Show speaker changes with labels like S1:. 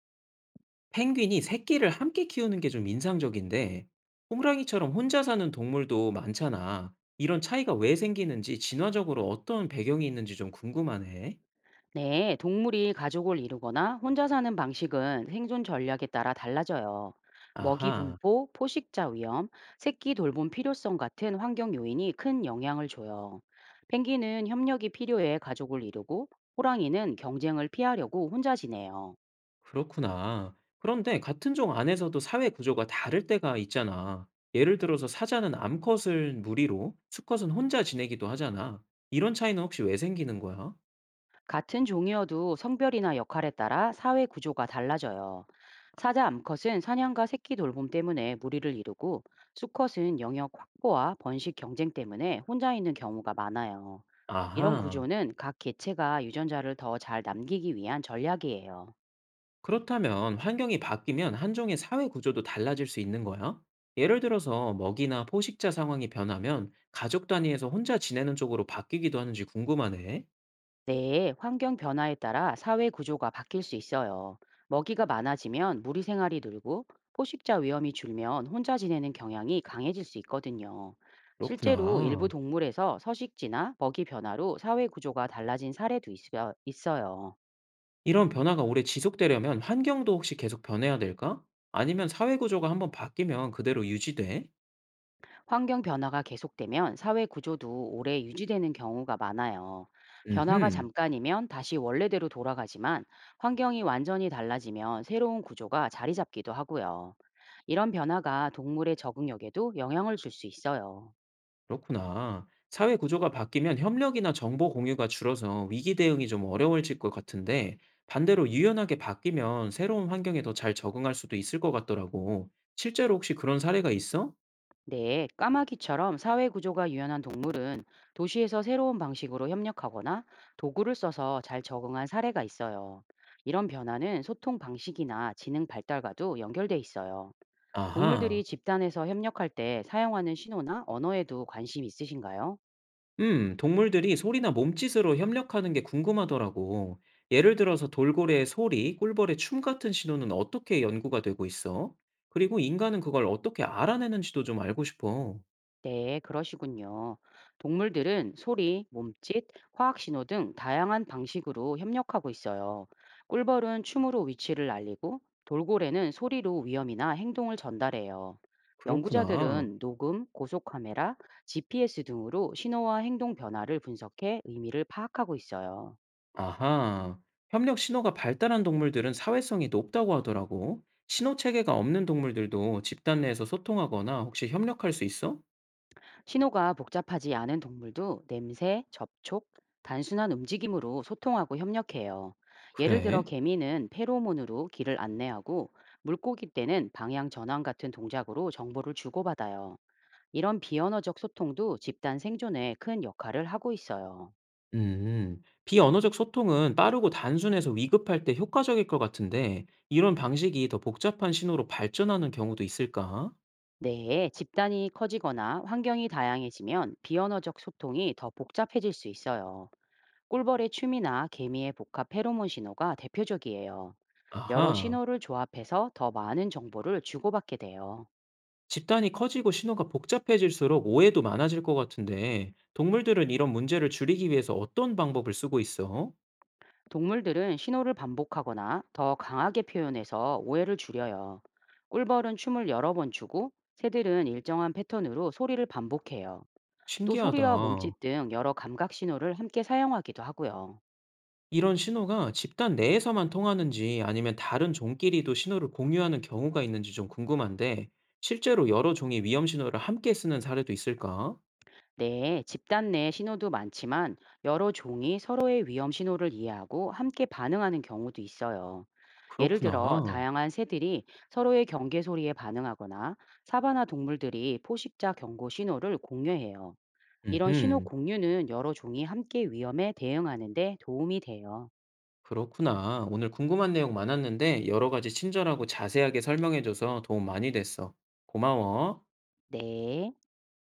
S1: 펭귄이 새끼를 함께 키우는 게 좀 인상적인데, 홍랑이처럼 혼자 사는 동물도 많잖아. 이런 차이가 왜 생기는지, 진화적으로 어떤 배경이 있는지 좀 궁금하네.
S2: 네, 동물이 가족을 이루거나 혼자 사는 방식은 생존 전략에 따라 달라져요. 먹이
S1: 아하,
S2: 분포, 포식자 위험, 새끼 돌봄 필요성 같은 환경 요인이 큰 영향을 줘요. 펭귄은 협력이 필요해 가족을 이루고, 호랑이는 경쟁을 피하려고 혼자 지내요.
S1: 그렇구나. 그런데 같은 종 안에서도 사회 구조가 다를 때가 있잖아. 예를 들어서 사자는 암컷을 무리로, 수컷은 혼자 지내기도 하잖아. 이런 차이는 혹시 왜 생기는 거야?
S2: 같은 종이어도 성별이나 역할에 따라 사회 구조가 달라져요. 사자 암컷은 사냥과 새끼 돌봄 때문에 무리를 이루고 수컷은 영역 확보와 번식 경쟁 때문에 혼자 있는 경우가 많아요. 이런
S1: 아하.
S2: 구조는 각 개체가 유전자를 더 잘 남기기 위한 전략이에요.
S1: 그렇다면 환경이 바뀌면 한종의 사회 구조도 달라질 수 있는 거야? 예를 들어서 먹이나 포식자 상황이 변하면 가족 단위에서 혼자 지내는 쪽으로 바뀌기도 하는지 궁금하네.
S2: 네, 환경 변화에 따라 사회 구조가 바뀔 수 있어요. 먹이가 많아지면 무리 생활이 늘고 포식자 위험이 줄면 혼자 지내는 경향이 강해질 수 있거든요. 실제로 일부
S1: 그렇구나.
S2: 동물에서 서식지나 먹이 변화로 사회 구조가 달라진 사례도 있어요.
S1: 이런 변화가 오래 지속되려면 환경도 혹시 계속 변해야 될까? 아니면 사회 구조가 한번 바뀌면 그대로 유지돼?
S2: 환경 변화가 계속되면 사회 구조도 오래 유지되는 경우가 많아요. 변화가
S1: 음흠.
S2: 잠깐이면 다시 원래대로 돌아가지만 환경이 완전히 달라지면 새로운 구조가 자리 잡기도 하고요. 이런 변화가 동물의 적응력에도 영향을 줄 수 있어요.
S1: 그렇구나. 사회 구조가 바뀌면 협력이나 정보 공유가 줄어서 위기 대응이 좀 어려워질 것 같은데, 반대로 유연하게 바뀌면 새로운 환경에 더 잘 적응할 수도 있을 것 같더라고. 실제로 혹시 그런 사례가 있어?
S2: 네, 까마귀처럼 사회 구조가 유연한 동물은 도시에서 새로운 방식으로 협력하거나 도구를 써서 잘 적응한 사례가 있어요. 이런 변화는 소통 방식이나 지능 발달과도 연결돼 있어요. 동물들이
S1: 아하.
S2: 집단에서 협력할 때 사용하는 신호나 언어에도 관심 있으신가요?
S1: 동물들이 소리나 몸짓으로 협력하는 게 궁금하더라고. 예를 들어서 돌고래의 소리, 꿀벌의 춤 같은 신호는 어떻게 연구가 되고 있어? 그리고 인간은 그걸 어떻게 알아내는지도 좀 알고 싶어.
S2: 네, 그러시군요. 동물들은 소리, 몸짓, 화학 신호 등 다양한 방식으로 협력하고 있어요. 꿀벌은 춤으로 위치를 알리고 돌고래는 소리로 위험이나 행동을 전달해요.
S1: 그렇구나.
S2: 연구자들은 녹음, 고속카메라, GPS 등으로 신호와 행동 변화를 분석해 의미를 파악하고 있어요.
S1: 아하, 협력 신호가 발달한 동물들은 사회성이 높다고 하더라고. 신호 체계가 없는 동물들도 집단 내에서 소통하거나 혹시 협력할 수 있어?
S2: 신호가 복잡하지 않은 동물도 냄새, 접촉, 단순한 움직임으로 소통하고 협력해요. 예를 들어
S1: 그래?
S2: 개미는 페로몬으로 길을 안내하고 물고기 때는 방향 전환 같은 동작으로 정보를 주고받아요. 이런 비언어적 소통도 집단 생존에 큰 역할을 하고 있어요.
S1: 비언어적 소통은 빠르고 단순해서 위급할 때 효과적일 것 같은데, 이런 방식이 더 복잡한 신호로 발전하는 경우도 있을까?
S2: 네, 집단이 커지거나 환경이 다양해지면 비언어적 소통이 더 복잡해질 수 있어요. 꿀벌의 춤이나 개미의 복합 페로몬 신호가 대표적이에요. 여러
S1: 아하,
S2: 신호를 조합해서 더 많은 정보를 주고받게 돼요.
S1: 집단이 커지고 신호가 복잡해질수록 오해도 많아질 것 같은데, 동물들은 이런 문제를 줄이기 위해서 어떤 방법을 쓰고 있어?
S2: 동물들은 신호를 반복하거나 더 강하게 표현해서 오해를 줄여요. 꿀벌은 춤을 여러 번 추고 새들은 일정한 패턴으로 소리를 반복해요. 또
S1: 신기하다.
S2: 소리와 몸짓 등 여러 감각 신호를 함께 사용하기도 하고요.
S1: 이런 신호가 집단 내에서만 통하는지 아니면 다른 종끼리도 신호를 공유하는 경우가 있는지 좀 궁금한데, 실제로 여러 종이 위험 신호를 함께 쓰는 사례도 있을까?
S2: 네, 집단 내 신호도 많지만 여러 종이 서로의 위험 신호를 이해하고 함께 반응하는 경우도 있어요. 예를 들어
S1: 그렇구나.
S2: 다양한 새들이 서로의 경계 소리에 반응하거나 사바나 동물들이 포식자 경고 신호를 공유해요. 이런 신호
S1: 음흠.
S2: 공유는 여러 종이 함께 위험에 대응하는 데 도움이 돼요.
S1: 그렇구나. 오늘 궁금한 내용 많았는데, 여러 가지 친절하고 자세하게 설명해줘서 도움 많이 됐어. 고마워.
S2: 네.